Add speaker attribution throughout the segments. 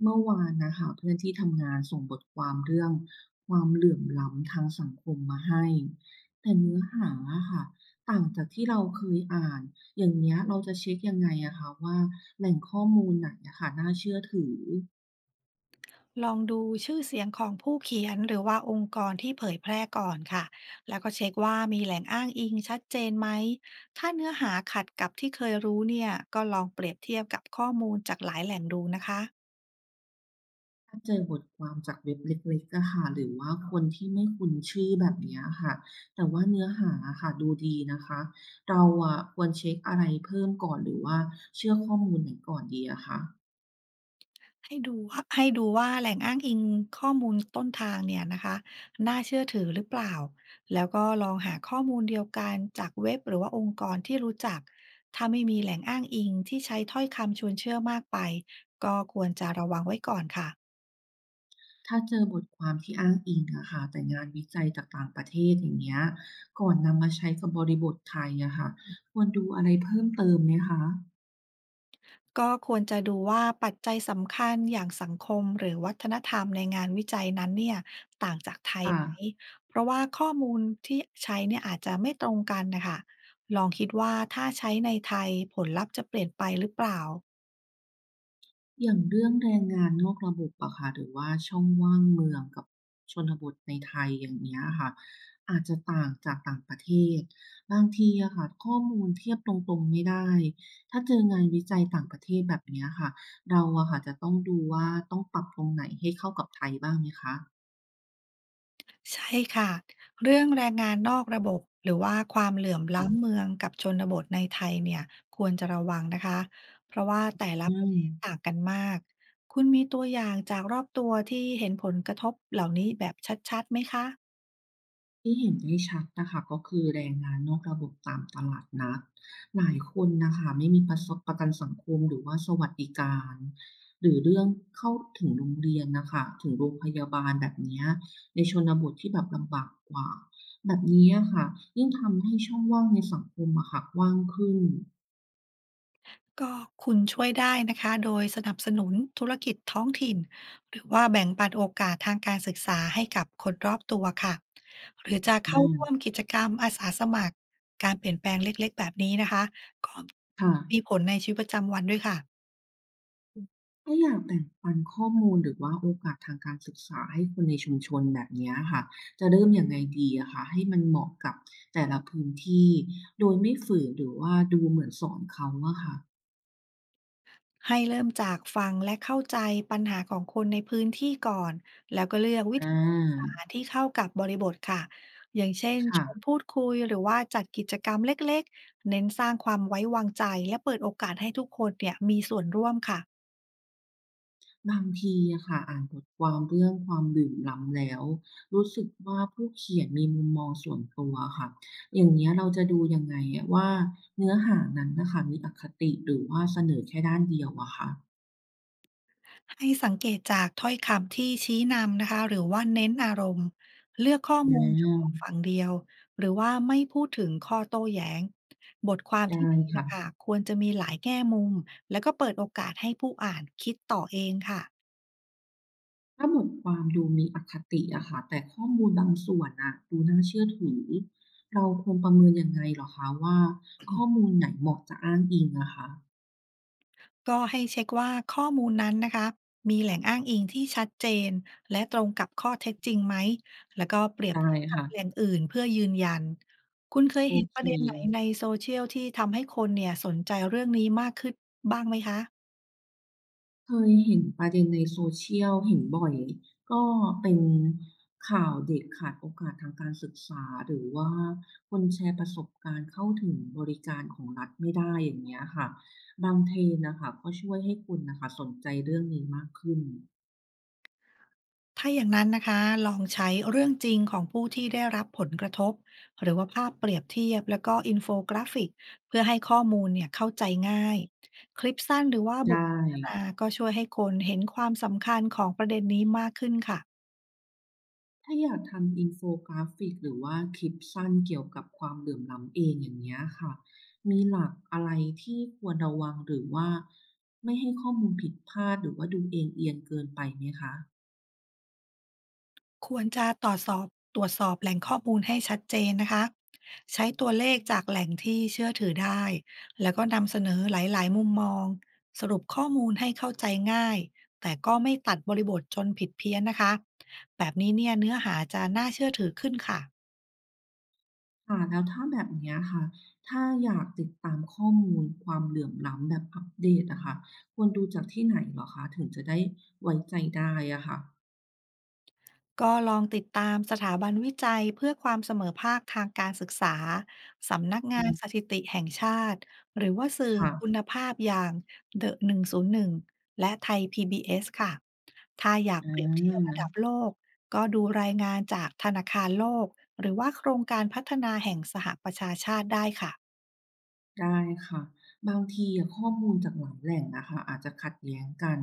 Speaker 1: เมื่อวานนะคะเพื่อนที่ทำงานส่งบทความเรื่องความเหลื่อมล้ำทางสังคมมาให้แต่เนื้อหาอะค่ะต่างจากที่เราเคยอ่านอย่างเนี้ยเราจะเช็คยังไงอะคะว่าแหล่งข้อมูลไหนอะค่ะน่าเชื่อถือ
Speaker 2: ลองดูชื่อเสียงของผู้เขียนหรือว่าองค์กรที่เผยแพร่ก่อนค่ะแล้วก็เช็คว่ามีแหล่งอ้างอิงชัดเจนไหม ถ้าเนื้อหาขัดกับที่เคยรู้เนี่ยก็ลองเปรียบเทียบกับข้อมูลจากหลายแหล่งดูนะคะ
Speaker 1: ถ้าเจอบทความจากเว็บเล็กๆอะค่ะหรือว่าคนที่ไม่คุ้นชื่อแบบเนี้ยค่ะแต่ว่าเนื้อหาอะค่ะดูดีนะคะเราอะควรเช็คอะไรเพิ่มก่อนหรือว่าเชื่อข้อมูลไหนก่อนดีอะคะ
Speaker 2: ให้ดูว่าแหล่งอ้างอิงข้อมูลต้นทางเนี่ยนะคะน่าเชื่อถือหรือเปล่าแล้วก็ลองหาข้อมูลเดียวกันจากเว็บหรือว่าองค์กรที่รู้จักถ้าไม่มีแหล่งอ้างอิงที่ใช้ถ้อยคำชวนเชื่อมากไป
Speaker 1: ถ้าเจอบทความที่อ้างอิงอะค่ะแต่งานวิจัยจากต่างประเทศอย่างเงี้ยก่อนนำมาใช้กับบริบทไทยอะค่ะควรดูอะไรเพิ่มเติมไหมคะ
Speaker 2: ก็ควรจะดูว่าปัจจัยสำคัญอย่างสังคมหรือวัฒนธรรมในงานวิจัยนั้นเนี่ยต่างจากไทย
Speaker 1: ค่ะ
Speaker 2: ไหมเพราะว่าข้อมูลที่ใช้เนี่ยอาจจะไม่ตรงกันนะคะลองคิดว่าถ้าใช้ในไทยผลลัพธ์จะเปลี่ยนไปหรือเปล่า
Speaker 1: อย่างเรื่องแรงงานนอกระบบอะค่ะหรือว่าช่องว่างเมืองกับชนบทในไทยอย่างเงี้ยค่ะอาจจะต่างจากต่างประเทศบางทีอะค่ะข้อมูลเทียบตรงๆไม่ได้ถ้าเจองานวิจัยต่างประเทศแบบเนี้ยค่ะเราอะค่ะจะต้องดูว่าต้องปรับตรงไหนให้เข้ากับไทยบ้างไหมคะ
Speaker 2: ใช่ค่ะเรื่องแรงงานนอกระบบหรือว่าความเหลื่อมล้ำ
Speaker 1: ค่ะ
Speaker 2: เมืองกับชนบทในไทยเนี่ยควรจะระวังนะคะเพราะว่าแต่ละ
Speaker 1: อื
Speaker 2: ประ
Speaker 1: ม
Speaker 2: เทศต่างกันมากคุณมีตัวอย่างจากรอบตัวที่เห็นผลกระทบเหล่านี้แบบชัดๆไหมคะ
Speaker 1: ที่เห็นได้ชัดนะคะก็คือแรงงานนอกระบบตามตลาดนัดหลายคนนะคะไม่มีประสบประกันสังคมหรือว่าสวัสดิการหรือเรื่องเข้าถึงโรงเรียนนะคะถึงโรงพยาบาลแบบเนี้ยในชนบทที่แบบลำบากกว่าแบบนี้อะค่ะยิ่งทำให้ช่องว่างในสังคมอะค่ะกว้างขึ้น
Speaker 2: ก็คุณช่วยได้นะคะโดยสนับสนุนธุรกิจท้องถิ่นหรือว่าแบ่งปันโอกาสทางการศึกษาให้กับคนรอบตัวค่ะหรือจะเข้าร่วม
Speaker 1: อา
Speaker 2: กิจกรรมอาสาสมัครการเปลี่ยนแปลงเล็กๆแบบนี้นะคะก็
Speaker 1: ค่ะ
Speaker 2: มีผลในชีวิตประจำวันด้วยค่ะ
Speaker 1: ถ้าอยากแบ่งปันข้อมูลหรือว่าโอกาสทางการศึกษาให้คนในชุมชนแบบเนี้ยค่ะจะเริ่มยังไงดีอะคะให้มันเหมาะกับแต่ละพื้นที่โดยไม่ฝืนหรือว่าดูเหมือนสอนเขาอะค่ะ
Speaker 2: ให้เริ่มจากฟังและเข้าใจปัญหาของคนในพื้นที่ก่อน แล้วก็เลือกวิ
Speaker 1: อา
Speaker 2: ธีสื่อสารที่เข้ากับบริบทค่ะ อย่างเช่นชวน
Speaker 1: ค่ะ
Speaker 2: พูดคุยหรือว่าจัดกิจกรรมเล็กๆเน้นสร้างความไว้วางใจและเปิดโอกาสให้ทุกคนเนี่ยมีส่วนร่วมค่ะ
Speaker 1: บางทีอะค่ะอ่านบทความเรื่องความเหลื่อมล้ำแล้วรู้สึกว่าผู้เขียนมีมุมมองส่วนตัวอะค่ะอย่างเงี้ยเราจะดูยังไงอะว่าเนื้อหานั้นน่ะค่ะมีอคติหรือว่าเสนอแค่ด้านเดียวอะคะ
Speaker 2: ให้สังเกตจากถ้อยคำที่ชี้นำนะคะหรือว่าเน้นอารมณ์เลือกข้อ
Speaker 1: อ
Speaker 2: มูลมเฉพาะฝั่
Speaker 1: า
Speaker 2: งเดียวหรือว่าไม่พูดถึงข้อโต้แย้งบทความ
Speaker 1: ได้
Speaker 2: ที่ดี
Speaker 1: ค่ะ
Speaker 2: นะคะควรจะมีหลายแง่มุมแล้วก็เปิดโอกาสให้ผู้อ่านคิดต่อเองค่ะ
Speaker 1: ถ้าบทความดูมีอคติอะค่ะแต่ข้อมูลบางส่วนน่ะดูน่าเชื่อถือเราควรประเมินยังไงเหรอคะว่าข้อมูลไหนเหมาะจะอ้างอิงอะคะ
Speaker 2: ก็ให้เช็คว่าข้อมูลนั้นนะคะมีแหล่งอ้างอิงที่ชัดเจนและตรงกับข้อเท็จจริงไหมแล้วก็เปรียบ
Speaker 1: ได้
Speaker 2: เทียบกับ
Speaker 1: ค่ะ
Speaker 2: แหล่งอื่นเพื่อยืนยันคุณเคย
Speaker 1: โอ
Speaker 2: เห็นป
Speaker 1: เค
Speaker 2: ระเด็นไหนในโซเชียลที่ทำให้คนเนี่ยสนใจเรื่องนี้มากขึ้นบ้างไหมคะ
Speaker 1: เคยเห็นประเด็นใน Social เห็นบ่อยก็เป็นข่าวเด็กขาดโอกาสทางการศึกษาหรือว่าคนแชร์ประสบการณ์เข้าถึงบริการของรัฐไม่ได้อย่างเงี้ยค่ะบาง Trend น่ะค่ะก็ช่วยให้คุณน่ะค่ะสนใจเรื่องนี้มากขึ้น
Speaker 2: ถ้าอย่างนั้นนะคะลองใช้เรื่องจริงของผู้ที่ได้รับผลกระทบหรือว่าภาพเปรียบเทียบแล้วก็อินโฟกราฟิกเพื่อให้ข้อมูลเนี่ยเข้าใจง่ายคลิปสั้นหรือว่าบท
Speaker 1: ได้
Speaker 2: สนทนาก็ช่วยให้คนเห็นความสำคัญของประเด็นนี้มากขึ้นค่ะ
Speaker 1: ถ้าอยากทำอินโฟกราฟิกหรือว่าคลิปสั้นเกี่ยวกับความเหลื่อมล้ำเองอย่างเงี้ยค่ะมีหลักอะไรที่ควรระวังหรือว่าไม่ให้ข้อมูลผิดพลาดหรือว่าดูเอ็นเอียงเกินไปไหมคะ
Speaker 2: ควรจะตรวจสอบตรวจสอบแหล่งข้อมูลให้ชัดเจนนะคะใช้ตัวเลขจากแหล่งที่เชื่อถือได้แล้วก็นำเสนอหลายๆมุมมองสรุปข้อมูลให้เข้าใจง่ายแต่ก็ไม่ตัดบริบทจนผิดเพี้ยนนะคะแบบนี้เนี่ยเนื้อหาจะน่าเชื่อถือขึ้นค่ะ
Speaker 1: ค่ะแล้วถ้าแบบเนี้ยค่ะถ้าอยากติดตามข้อมูลความเหลื่อมล้ำแบบอัปเดตอะค่ะควรดูจากที่ไหนเหรอคะถึงจะได้ไว้ใจได้อะค่ะ
Speaker 2: ก็ลองติดตามสถาบันวิจัยเพื่อความเสมอภาคทางการศึกษาสำนัก
Speaker 1: อื
Speaker 2: งาน
Speaker 1: ม
Speaker 2: สถิติแห่งชาติหรือว่าสื่อคุ
Speaker 1: ค่ะ
Speaker 2: ณภาพอย่าง The 101และไทย PBS ค่ะถ้าอยาก
Speaker 1: อา
Speaker 2: เปรียบเทียบระดับโลกก็ดูรายงานจากธนาคารโลกหรือว่าโครงการพัฒนาแห่งสหประชาชาติได้ค่ะ
Speaker 1: ได้ค่ะบางทีอะข้อมูลจากหลายแหล่งนะคะอาจจะขัดแย้งกัน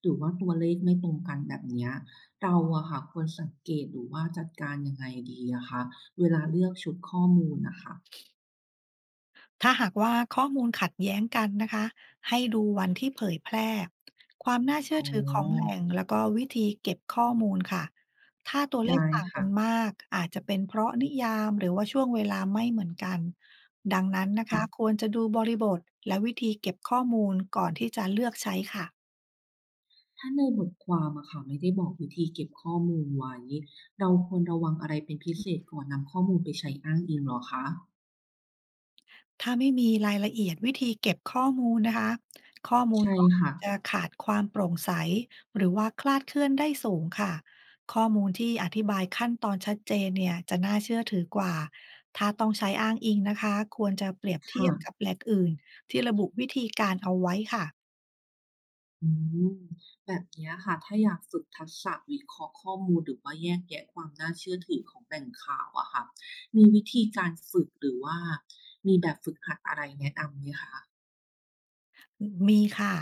Speaker 1: หรือว่าตัวเลขไม่ตรงกันแบบเนี้ยเราอะค่ะควรสังเกตหรือว่าจัดการยังไงดีอะคะเวลาเลือกชุดข้อมูลนะคะ
Speaker 2: ถ้าหากว่าข้อมูลขัดแย้งกันนะคะให้ดูวันที่เผยแพร่ความน่าเชื่
Speaker 1: อ๋
Speaker 2: อ
Speaker 1: อ
Speaker 2: ถือของแหล่งแล้วก็วิธีเก็บข้อมูลค่ะถ้าตัวเลข
Speaker 1: ได้
Speaker 2: ต่างกั
Speaker 1: ค่ะ
Speaker 2: นมากอาจจะเป็นเพราะนิยามหรือว่าช่วงเวลาไม่เหมือนกันดังนั้นนะ
Speaker 1: ค่ะ
Speaker 2: คะควรจะดูบริบทและวิธีเก็บข้อมูลก่อนที่จะเลือกใช้ค่ะ
Speaker 1: ถ้าในบทความอะค่ะไม่ได้บอกวิธีเก็บข้อมูลไว้เราควรระวังอะไรเป็นพิเศษก่อนนำข้อมูลไปใช้อ้างอิงเหรอคะ
Speaker 2: ถ้าไม่มีรายละเอียดวิธีเก็บข้อมูลนะคะข้อมูล
Speaker 1: ใช่
Speaker 2: ก็อา
Speaker 1: ค่ะ
Speaker 2: จจะขาดความโปร่งใสหรือว่าคลาดเคลื่อนได้สูงค่ะข้อมูลที่อธิบายขั้นตอนชัดเจนเนี่ยจะน่าเชื่อถือกว่าถ้าต้องใช้อ้างอิงนะคะควรจะเปรียบเที
Speaker 1: ค่ะ
Speaker 2: ยบกับแหล่งอื่นที่ระบุวิธีการเอาไว้ค่ะ
Speaker 1: อืมแบบเนี้ยค่ะถ้าอยากฝึกทักษะวิเคราะห์ข้อมูลหรือว่าแยกแยะความน่าเชื่อถือของแหล่งข่าวอะค่ะมีวิธีการฝึกหรือว่ามีแบบฝึกหัดอะไรแนะนำไหมคะ
Speaker 2: มีค่ะ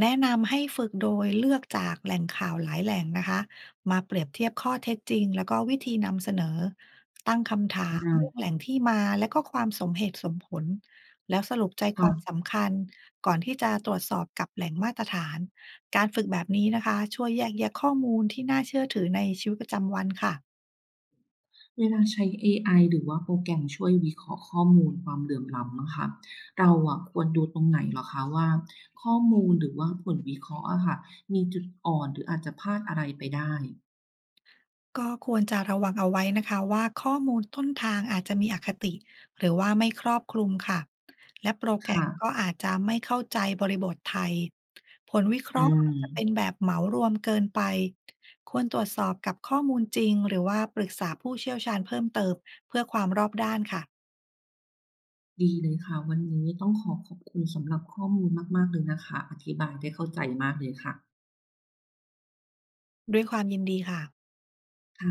Speaker 2: แนะนำให้ฝึกโดยเลือกจากแหล่งข่าวหลายแหล่งนะคะมาเปรียบเทียบข้อเท็จจริงแล้วก็วิธีนำเสนอตั้งคำถาม
Speaker 1: อา
Speaker 2: เรื่องแหล่งที่มาและก็ความสมเหตุสมผลแล้วสรุปใจความ
Speaker 1: ค่ะ
Speaker 2: สำคัญก่อนที่จะตรวจสอบกับแหล่งมาตรฐานการฝึกแบบนี้นะคะช่วยแยกแยะข้อมูลที่น่าเชื่อถือในชีวิตประจำวันค่ะ
Speaker 1: เวลาใช้เอไอหรือว่าโปรแกรมช่วยวิเคราะห์ข้อมูลความเหลื่อมล้ำนะคะเราอะควรดูตรงไหนเหรอคะว่าข้อมูลหรือว่าผลวิเคราะห์อะค่ะมีจุดอ่อนหรืออาจจะพลาดอะไรไปได้
Speaker 2: ก็ควรจะระวังเอาไว้นะคะว่าข้อมูลต้นทางอาจจะมีอคติหรือว่าไม่ครอบคลุมค่ะและโปรแกรม
Speaker 1: ค่ะ
Speaker 2: ก็อาจจะไม่เข้าใจบริบทไทยผลวิเค
Speaker 1: อื
Speaker 2: ราะห์อาจจะเป็น
Speaker 1: ม
Speaker 2: แบบเหมารวมเกินไปควรตรวจสอบกับข้อมูลจริงหรือว่าปรึกษาผู้เชี่ยวชาญเพิ่มเติมเพื่อความรอบด้านค่ะ
Speaker 1: ดีเลยค่ะวันนี้ต้องขอขอบคุณสำหรับข้อมูลมากๆเลยนะคะอธิบายได้เข้าใจมากเลยค่ะ
Speaker 2: ด้วยความยินดีค่ะ
Speaker 1: ค่ะ